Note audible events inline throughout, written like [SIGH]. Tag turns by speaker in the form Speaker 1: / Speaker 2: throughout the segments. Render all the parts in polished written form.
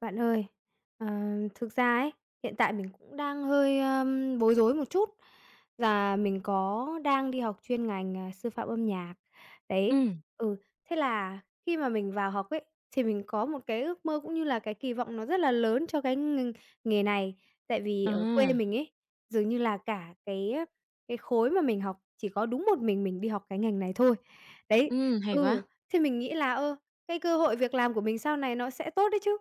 Speaker 1: Bạn ơi, ờ, thực ra ấy, hiện tại mình cũng đang hơi, bối rối một chút là mình có đang đi học chuyên ngành, sư phạm âm nhạc. Đấy,
Speaker 2: Ừm,
Speaker 1: ừ, thế là khi mà mình vào học ấy, thì mình có một cái ước mơ cũng như là cái kỳ vọng nó rất là lớn cho cái nghề này. Tại vì
Speaker 2: à,
Speaker 1: ở quê mình ấy, dường như là cả cái khối mà mình học chỉ có đúng một mình đi học cái ngành này thôi. Đấy,
Speaker 2: hay quá.
Speaker 1: ừ, thì mình nghĩ là, cái cơ hội việc làm của mình sau này nó sẽ tốt đấy chứ.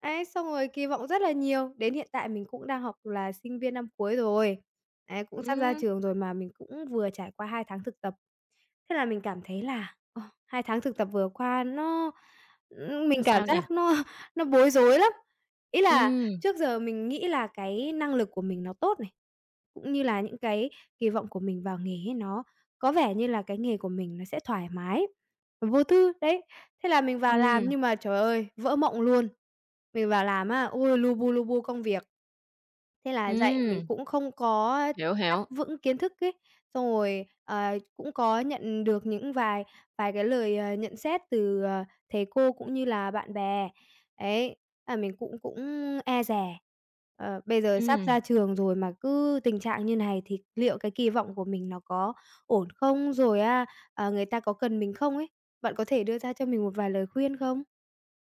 Speaker 1: Ấy, xong rồi kỳ vọng rất là nhiều, đến hiện tại mình cũng đang học là sinh viên năm cuối rồi, ấy, cũng sắp ra
Speaker 2: Ừm,
Speaker 1: trường rồi mà mình cũng vừa trải qua 2 tháng thực tập. Thế là mình cảm thấy là, 2 tháng thực tập vừa qua nó mình
Speaker 2: rồi
Speaker 1: cảm
Speaker 2: sao nè?
Speaker 1: giác nó bối rối lắm. Ý là
Speaker 2: Ừm,
Speaker 1: trước giờ mình nghĩ là cái năng lực của mình nó tốt này, cũng như là những cái kỳ vọng của mình vào nghề ấy nó có vẻ như là cái nghề của mình nó sẽ thoải mái, vô tư, đấy. Thế là mình vào làm
Speaker 2: ừm,
Speaker 1: nhưng mà, trời ơi, vỡ mộng luôn. Mình vào làm á, ôi, lu bu công việc. Thế là dạy mình
Speaker 2: ừm,
Speaker 1: cũng không có
Speaker 2: hiểu,
Speaker 1: chắc
Speaker 2: hiểu,
Speaker 1: vững kiến thức ấy, xong rồi, cũng có nhận được những vài vài cái lời, nhận xét từ, thầy cô cũng như là bạn bè. Ấy, là mình cũng cũng e dè. Ờ, bây giờ sắp
Speaker 2: ừm,
Speaker 1: ra trường rồi mà cứ tình trạng như này thì liệu cái kỳ vọng của mình nó có ổn không? Rồi á, người ta có cần mình không ấy? Bạn có thể đưa ra cho mình một vài lời khuyên không?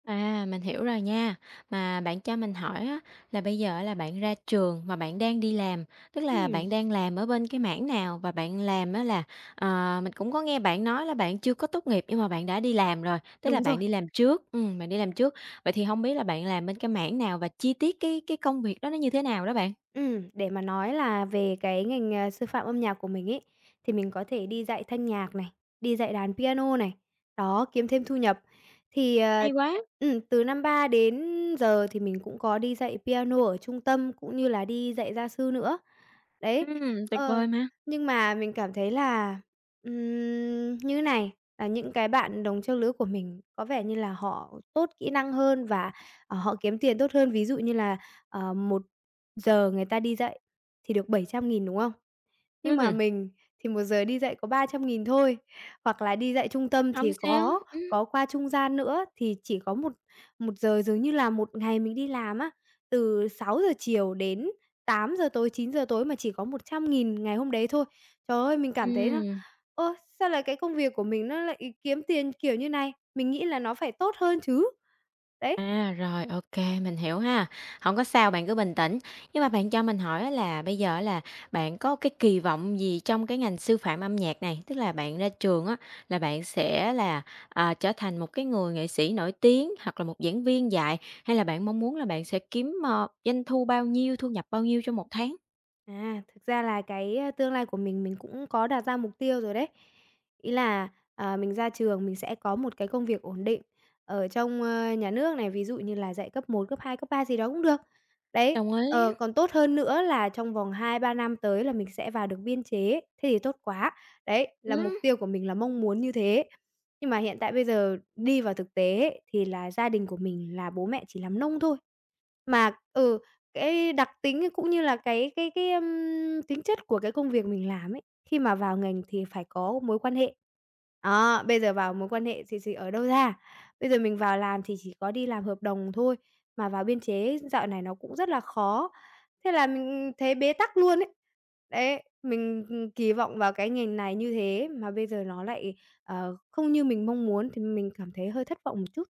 Speaker 2: à, mình hiểu rồi nha. Mà bạn cho mình hỏi á, là bây giờ là bạn ra trường mà bạn đang đi làm, tức là bạn
Speaker 1: Ừm,
Speaker 2: đang làm ở bên cái mảng nào? Và bạn làm á là, mình cũng có nghe bạn nói là bạn chưa có tốt nghiệp nhưng mà bạn đã đi làm rồi, tức là
Speaker 1: đúng rồi.
Speaker 2: bạn đi làm trước, bạn đi làm trước. Vậy thì hông biết là bạn làm bên cái mảng nào và chi tiết cái công việc đó nó như thế nào đó bạn?
Speaker 1: Để mà nói là về cái ngành, sư phạm âm nhạc của mình ấy, thì mình có thể đi dạy thanh nhạc này, đi dạy đàn piano này, đó, kiếm thêm thu nhập. Thì,
Speaker 2: Hay quá,
Speaker 1: từ năm 3 đến giờ thì mình cũng có đi dạy piano ở trung tâm cũng như là đi dạy gia sư nữa. Đấy,
Speaker 2: tuyệt
Speaker 1: ờ,
Speaker 2: vời mà,
Speaker 1: nhưng mà mình cảm thấy là, như này, là những cái bạn đồng trang lứa của mình có vẻ như là họ tốt kỹ năng hơn và, họ kiếm tiền tốt hơn. Ví dụ như là, ờ, một giờ người ta đi dạy thì được 700.000 đúng không? Nhưng mà
Speaker 2: ừm.
Speaker 1: mình thì một giờ đi dạy có 300.000 thôi, hoặc là đi dạy trung tâm
Speaker 2: Hổng
Speaker 1: thì
Speaker 2: sao,
Speaker 1: có có qua trung gian nữa, thì chỉ có một một giờ dường như là một ngày mình đi làm á, từ 6 giờ chiều đến 8 giờ tối, 9 giờ tối mà chỉ có 100.000 ngày hôm đấy thôi. Trời ơi, mình cảm thấy là
Speaker 2: ừm.
Speaker 1: "Ơ, sao lại cái công việc của mình nó lại kiếm tiền kiểu như này? Mình nghĩ là nó phải tốt hơn chứ." Đấy.
Speaker 2: À, rồi, ô kê, mình hiểu ha. Hổng có sao, bạn cứ bình tĩnh. Nhưng mà bạn cho mình hỏi á là bây giờ á là bạn có cái kỳ vọng gì trong cái ngành sư phạm âm nhạc này? Tức là bạn ra trường á là bạn sẽ là, trở thành một cái người nghệ sĩ nổi tiếng hoặc là một giảng viên dạy, hay là bạn mong muốn là bạn sẽ kiếm, doanh thu bao nhiêu, thu nhập bao nhiêu trong một tháng?
Speaker 1: À, thực ra là cái, tương lai của mình cũng có đặt ra mục tiêu rồi đấy. Ý là, mình ra trường mình sẽ có một cái công việc ổn định ở trong, nhà nước này, ví dụ như là dạy cấp một cấp 2 cấp 3 gì đó cũng được. Đấy,
Speaker 2: Đồng ý,
Speaker 1: còn tốt hơn nữa là trong vòng 2 3 năm tới là mình sẽ vào được biên chế, thế thì tốt quá. Đấy, là mục
Speaker 2: ừm.
Speaker 1: tiêu của mình là mong muốn như thế. Nhưng mà hiện tại bây giờ đi vào thực tế ấy, thì là gia đình của mình là bố mẹ chỉ làm nông thôi. Mà ừ, cái đặc tính cũng như là tính chất của cái công việc mình làm ấy, khi mà vào ngành thì phải có mối quan hệ. Đó, bây giờ vào mối quan hệ thì ở đâu ra? Bây giờ mình vào làm thì chỉ có đi làm hợp đồng thôi, mà vào biên chế dạo này nó cũng rất là khó, thế là mình thấy bế tắc luôn ấy. Đấy, mình, kỳ vọng vào cái ngành này như thế mà bây giờ nó lại, không như mình mong muốn thì mình cảm thấy hơi thất vọng một chút.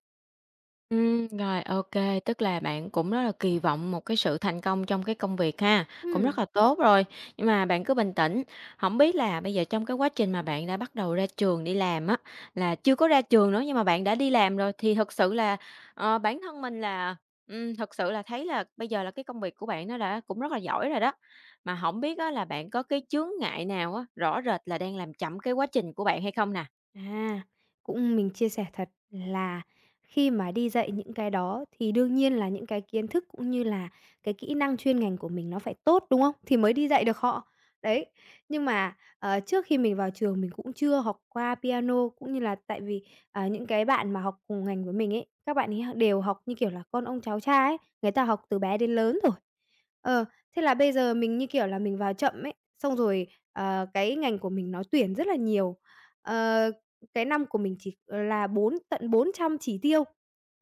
Speaker 2: Ừ rồi, ok, tức là bạn cũng rất là kỳ vọng một cái sự thành công trong cái công việc ha, cũng rất
Speaker 1: Ừm.
Speaker 2: là tốt rồi, nhưng mà bạn cứ bình tĩnh. Không biết là bây giờ trong cái quá trình mà bạn đã bắt đầu ra trường đi làm á, là chưa có ra trường nữa nhưng mà bạn đã đi làm rồi thì thực sự là, bản thân mình là, thực sự là thấy là bây giờ là cái công việc của bạn nó đã cũng rất là giỏi rồi đó. Mà không biết á là bạn có cái chướng ngại nào á, rõ rệt là đang làm chậm cái quá trình của bạn hay không nè?
Speaker 1: À, cũng mình chia sẻ thật là khi mà đi dạy những cái đó thì đương nhiên là những cái kiến thức cũng như là cái kỹ năng chuyên ngành của mình nó phải tốt, đúng không? Thì mới đi dạy được họ. Đấy, nhưng mà, trước khi mình vào trường mình cũng chưa học qua piano, cũng như là tại vì, những cái bạn mà học cùng ngành với mình ấy, các bạn ấy đều học, như kiểu là, con ông cháu cha ấy, người ta học từ bé đến lớn rồi. Ờ, thế là bây giờ mình, như kiểu là, mình vào chậm ấy, xong rồi, cái ngành của mình nó tuyển rất là nhiều. Ờ, cái năm của mình chỉ, là 400 chỉ tiêu,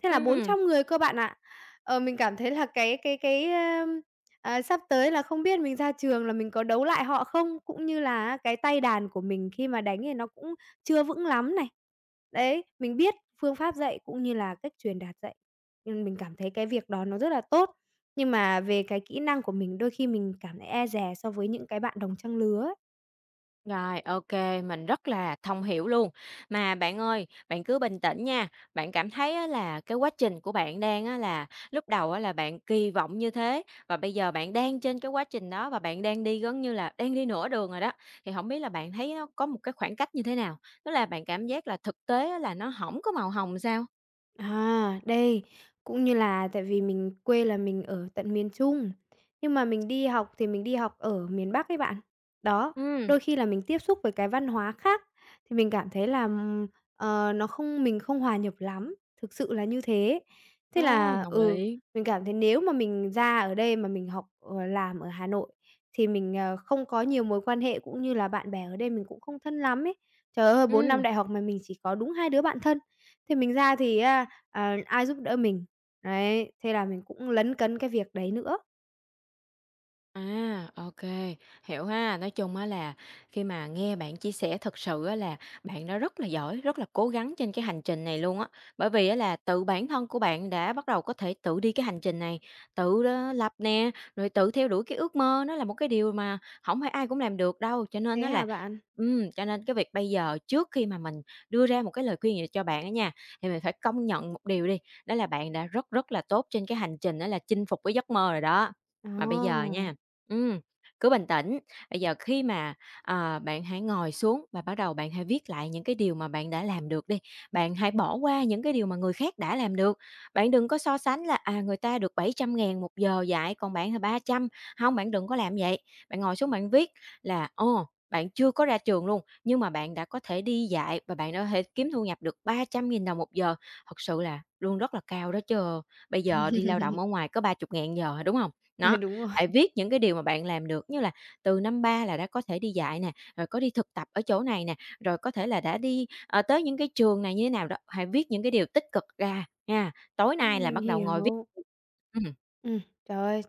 Speaker 1: thế là bốn
Speaker 2: Ừm.
Speaker 1: trăm người cơ bạn ạ. Ờ, mình cảm thấy là sắp tới là không biết mình ra trường là mình có đấu lại họ không? Cũng như là cái tay đàn của mình khi mà đánh thì nó cũng chưa vững lắm này. Đấy, mình biết phương pháp dạy cũng như là cách truyền đạt dạy, nhưng mình cảm thấy cái việc đó nó rất là tốt. Nhưng mà về cái kỹ năng của mình đôi khi mình cảm thấy e dè so với những cái bạn đồng trang lứa ấy.
Speaker 2: Rồi, ok, mình rất là thông hiểu luôn. Mà bạn ơi, bạn cứ bình tĩnh nha, bạn cảm thấy á là cái quá trình của bạn đang á là lúc đầu á là bạn kỳ vọng như thế và bây giờ bạn đang trên cái quá trình đó và bạn đang đi gần như là đang đi nửa đường rồi đó. Thì không biết là bạn thấy nó có một cái khoảng cách như thế nào? Tức là bạn cảm giác là thực tế á là nó không có màu hồng sao?
Speaker 1: À, đây, cũng như là tại vì mình quê là mình ở tận miền Trung, nhưng mà mình đi học thì mình đi học ở miền Bắc ấy bạn. Đó,
Speaker 2: Ừ,
Speaker 1: đôi khi là mình tiếp xúc với cái văn hóa khác thì mình cảm thấy là, ờ, nó không mình không hòa nhập lắm, thực sự là như thế.
Speaker 2: ờ,
Speaker 1: Thế là
Speaker 2: đồng
Speaker 1: ừ,
Speaker 2: ý.
Speaker 1: mình cảm thấy nếu mà mình ra ở đây mà mình học, làm ở Hà Nội thì mình, không có nhiều mối quan hệ cũng như là bạn bè ở đây mình cũng không thân lắm ấy. Trời ơi, bốn
Speaker 2: Ừ.
Speaker 1: năm đại học mà mình chỉ có đúng 2 đứa bạn thân. Thì mình ra thì á, ai giúp đỡ mình. Đấy, thế là mình cũng lấn cấn cái việc đấy nữa.
Speaker 2: À, ok, hiểu ha. Nói chung á là khi mà nghe bạn chia sẻ thật sự á là bạn đã rất là giỏi, rất là cố gắng trên cái hành trình này luôn á. Bởi vì á là tự bản thân của bạn đã bắt đầu có thể tự đi cái hành trình này, tự đó lập nè, rồi tự theo đuổi cái ước mơ, nó là một cái điều mà không phải ai cũng làm được đâu.
Speaker 1: Thế hả bạn?
Speaker 2: Cho nên cái việc bây giờ trước khi mà mình đưa ra một cái lời khuyên gì cho bạn á nha, thì mình phải công nhận một điều đi, đó là bạn đã rất rất là tốt trên cái hành trình đó là chinh phục cái giấc mơ rồi đó. Mà bây giờ
Speaker 1: Ồ!
Speaker 2: nha. Ừm, Cứ bình tĩnh. Bây giờ khi mà, bạn hãy ngồi xuống và bắt đầu bạn hãy viết lại những cái điều mà bạn đã làm được đi. Bạn hãy bỏ qua những cái điều mà người khác đã làm được. Bạn đừng có so sánh là, à, người ta được 700.000 một giờ dạy, còn bạn thì trăm, không bạn đừng có làm vậy. Bạn ngồi xuống bạn viết là, ồ, bạn chưa có ra trường luôn, nhưng mà bạn đã có thể đi dạy và bạn đã có thể kiếm thu nhập được 300.000đ một giờ. Thật sự là luôn rất là cao đó chứ. Bây giờ đi lao động
Speaker 1: [LAUGHS]
Speaker 2: ở ngoài có 30 ngàn giờ, đúng không?
Speaker 1: Ừ,
Speaker 2: Nó,
Speaker 1: đúng rồi,
Speaker 2: hãy viết những cái điều mà bạn làm được, như là từ năm ba là đã có thể đi dạy nè, rồi có đi thực tập ở chỗ này nè, rồi có thể là đã đi, tới những cái trường này như thế nào đó, hãy viết những cái điều tích cực ra nha. Tối nay là
Speaker 1: mình
Speaker 2: bắt đầu ngồi viết.
Speaker 1: hiểu.
Speaker 2: Ừm,
Speaker 1: Ừm, trời ơi,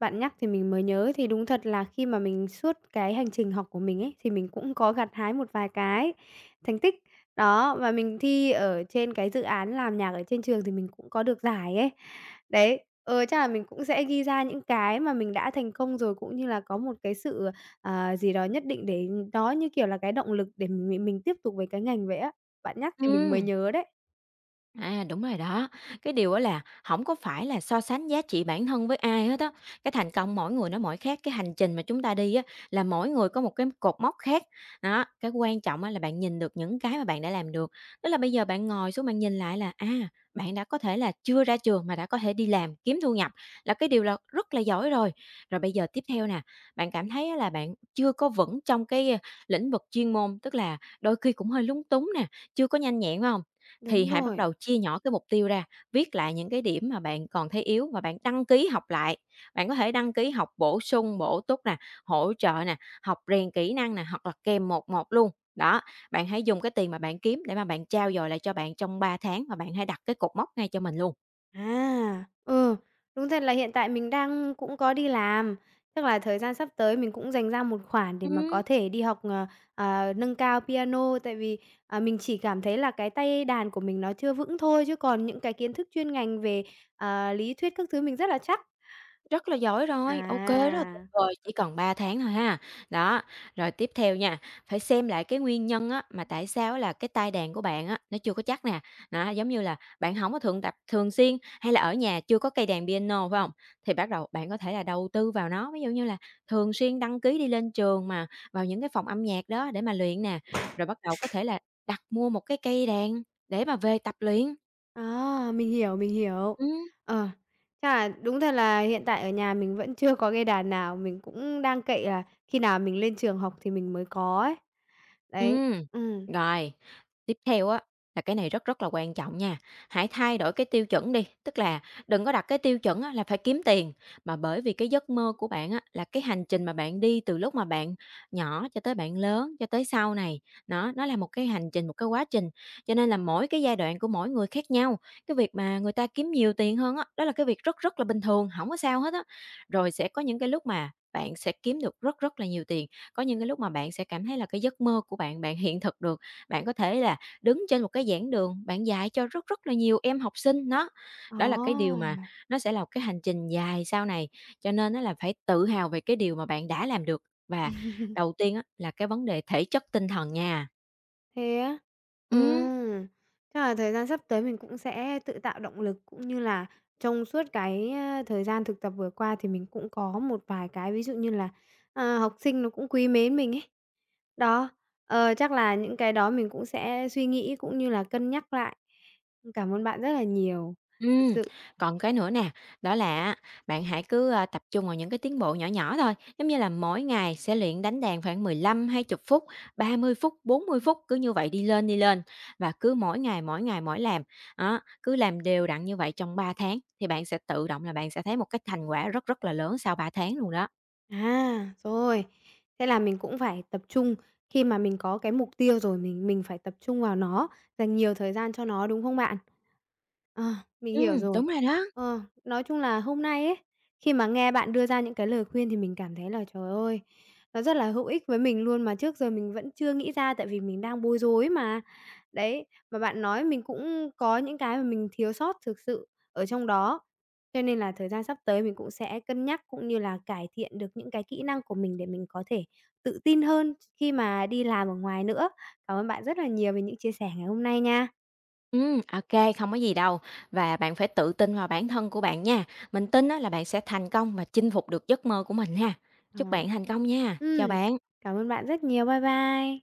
Speaker 1: bạn nhắc thì mình mới nhớ, thì đúng thật là khi mà mình suốt cái hành trình học của mình ấy, thì mình cũng có gặt hái một vài cái thành tích. Đó, và mình thi ở trên cái dự án làm nhạc ở trên trường thì mình cũng có được giải ấy. Đấy, chắc là mình cũng sẽ ghi ra những cái mà mình đã thành công rồi, cũng như là có một cái sự, gì đó nhất định để ừ, đó như kiểu là, cái động lực để mình tiếp tục với cái ngành vậy á. Bạn nhắc thì mình mới
Speaker 2: ừm.
Speaker 1: nhớ đấy.
Speaker 2: À, đúng rồi đó. Cái điều đó là không có phải là so sánh giá trị bản thân với ai hết á. Cái thành công mỗi người nó mỗi khác, cái hành trình mà chúng ta đi á là mỗi người có một cái cột mốc khác. Đó, cái quan trọng á là bạn nhìn được những cái mà bạn đã làm được. Tức là bây giờ bạn ngồi xuống bạn nhìn lại là, à, bạn đã có thể là chưa ra trường mà đã có thể đi làm, kiếm thu nhập là cái điều là rất là giỏi rồi. Rồi bây giờ tiếp theo nè, bạn cảm thấy á là bạn chưa có vững trong cái, lĩnh vực chuyên môn, tức là đôi khi cũng hơi lúng túng nè, chưa có nhanh nhẹn, phải hông? Thì hãy bắt đầu chia nhỏ cái mục tiêu ra, viết lại những cái điểm mà bạn còn thấy yếu và bạn đăng ký học lại. Bạn có thể đăng ký học bổ sung, bổ túc nè, hỗ trợ nè, học rèn kỹ năng nè, hoặc là kèm một một luôn. Đó, bạn hãy dùng cái tiền mà bạn kiếm để mà bạn trao dồi lại cho bạn trong 3 tháng và bạn hãy đặt cái cột mốc ngay cho mình luôn.
Speaker 1: À, ừ, đúng thật là hiện tại mình đang cũng có đi làm, tức là thời gian sắp tới mình cũng dành ra một khoản để mà
Speaker 2: Ừm.
Speaker 1: có thể đi học, nâng cao piano, tại vì, mình chỉ cảm thấy là cái tay đàn của mình nó chưa vững thôi, chứ còn những cái kiến thức chuyên ngành về, lý thuyết các thứ mình rất là chắc.
Speaker 2: Rất là giỏi rồi, ok kê, rất là tuyệt
Speaker 1: À.
Speaker 2: vời, chỉ còn 3 tháng thôi ha. Đó, rồi tiếp theo nha, phải xem lại cái nguyên nhân á, mà tại sao á là cái tai đàn của bạn á, nó chưa có chắc nè. Đó, giống như là bạn không có thường tập thường xuyên, hay là ở nhà chưa có cây đàn piano, phải không? Thì bắt đầu bạn có thể là đầu tư vào nó, ví dụ như là thường xuyên đăng ký đi lên trường mà, vào những cái phòng âm nhạc đó để mà luyện nè, rồi bắt đầu có thể là đặt mua một cái cây đàn để mà về tập luyện.
Speaker 1: À, mình hiểu, mình hiểu.
Speaker 2: Ừm.
Speaker 1: Ờ, chắc là đúng thật là hiện tại ở nhà mình vẫn chưa có cây đàn nào, mình cũng đang cậy là khi nào mình lên trường học thì mình mới có ấy. Đấy,
Speaker 2: Ừm,
Speaker 1: ừm,
Speaker 2: rồi. Tiếp theo á, là cái này rất rất là quan trọng nha, hãy thay đổi cái tiêu chuẩn đi, tức là đừng có đặt cái tiêu chuẩn á là phải kiếm tiền, mà bởi vì cái giấc mơ của bạn á là cái hành trình mà bạn đi từ lúc mà bạn nhỏ cho tới bạn lớn, cho tới sau này, nó là một cái hành trình, một cái quá trình. Cho nên là mỗi cái giai đoạn của mỗi người khác nhau, cái việc mà người ta kiếm nhiều tiền hơn á, đó là cái việc rất rất là bình thường, không có sao hết á. Rồi sẽ có những cái lúc mà bạn sẽ kiếm được rất rất là nhiều tiền, có những cái lúc mà bạn sẽ cảm thấy là cái giấc mơ của bạn, bạn hiện thực được, bạn có thể là đứng trên một cái giảng đường, bạn dạy cho rất rất là nhiều em học sinh đó. Đó là cái điều mà
Speaker 1: ồ!
Speaker 2: nó sẽ là một cái hành trình dài sau này, cho nên nó là phải tự hào về cái điều mà bạn đã làm được và đầu tiên á là cái vấn đề thể chất tinh thần nha.
Speaker 1: Thế á?
Speaker 2: Ừm.
Speaker 1: Ừm, chắc là thời gian sắp tới mình cũng sẽ tự tạo động lực, cũng như là trong suốt cái, thời gian thực tập vừa qua thì mình cũng có một vài cái ví dụ như là, học sinh nó cũng quý mến mình ấy. Đó, chắc là những cái đó mình cũng sẽ suy nghĩ cũng như là cân nhắc lại. Cảm ơn bạn rất là nhiều, thực
Speaker 2: Ừm,
Speaker 1: sự.
Speaker 2: còn cái nữa nè, đó là á, bạn hãy cứ, tập trung vào những cái tiến bộ nhỏ nhỏ thôi, giống như là mỗi ngày sẽ luyện đánh đàn khoảng 15 hai 20 phút, 30 phút, 40 phút, cứ như vậy đi lên và cứ mỗi ngày, mỗi ngày mỗi làm. Đó, cứ làm đều đặn như vậy trong 3 tháng thì bạn sẽ tự động là bạn sẽ thấy một cái thành quả rất rất là lớn sau 3 tháng luôn đó.
Speaker 1: À, rồi. Thế là mình cũng phải tập trung khi mà mình có cái mục tiêu rồi, mình phải tập trung vào nó, dành nhiều thời gian cho nó, đúng không bạn? Ờ, mình hiểu rồi.
Speaker 2: Đúng rồi đó.
Speaker 1: Ờ, nói chung là hôm nay ấy, khi mà nghe bạn đưa ra những cái lời khuyên thì mình cảm thấy là, trời ơi, nó rất là hữu ích với mình luôn mà trước giờ mình vẫn chưa nghĩ ra tại vì mình đang bối rối mà. Đấy, mà bạn nói mình cũng có những cái mà mình thiếu sót thực sự ở trong đó. Cho nên là thời gian sắp tới mình cũng sẽ cân nhắc cũng như là cải thiện được những cái kỹ năng của mình để mình có thể tự tin hơn khi mà đi làm ở ngoài nữa. Cảm ơn bạn rất là nhiều về những chia sẻ ngày hôm nay nha.
Speaker 2: Ok không có gì đâu và bạn phải tự tin vào bản thân của bạn nha. Mình tin á là bạn sẽ thành công và chinh phục được giấc mơ của mình ha.
Speaker 1: Ờ.
Speaker 2: Chúc bạn thành công nha.
Speaker 1: Ừm,
Speaker 2: Chào bạn.
Speaker 1: cảm ơn bạn rất nhiều. Bye bye.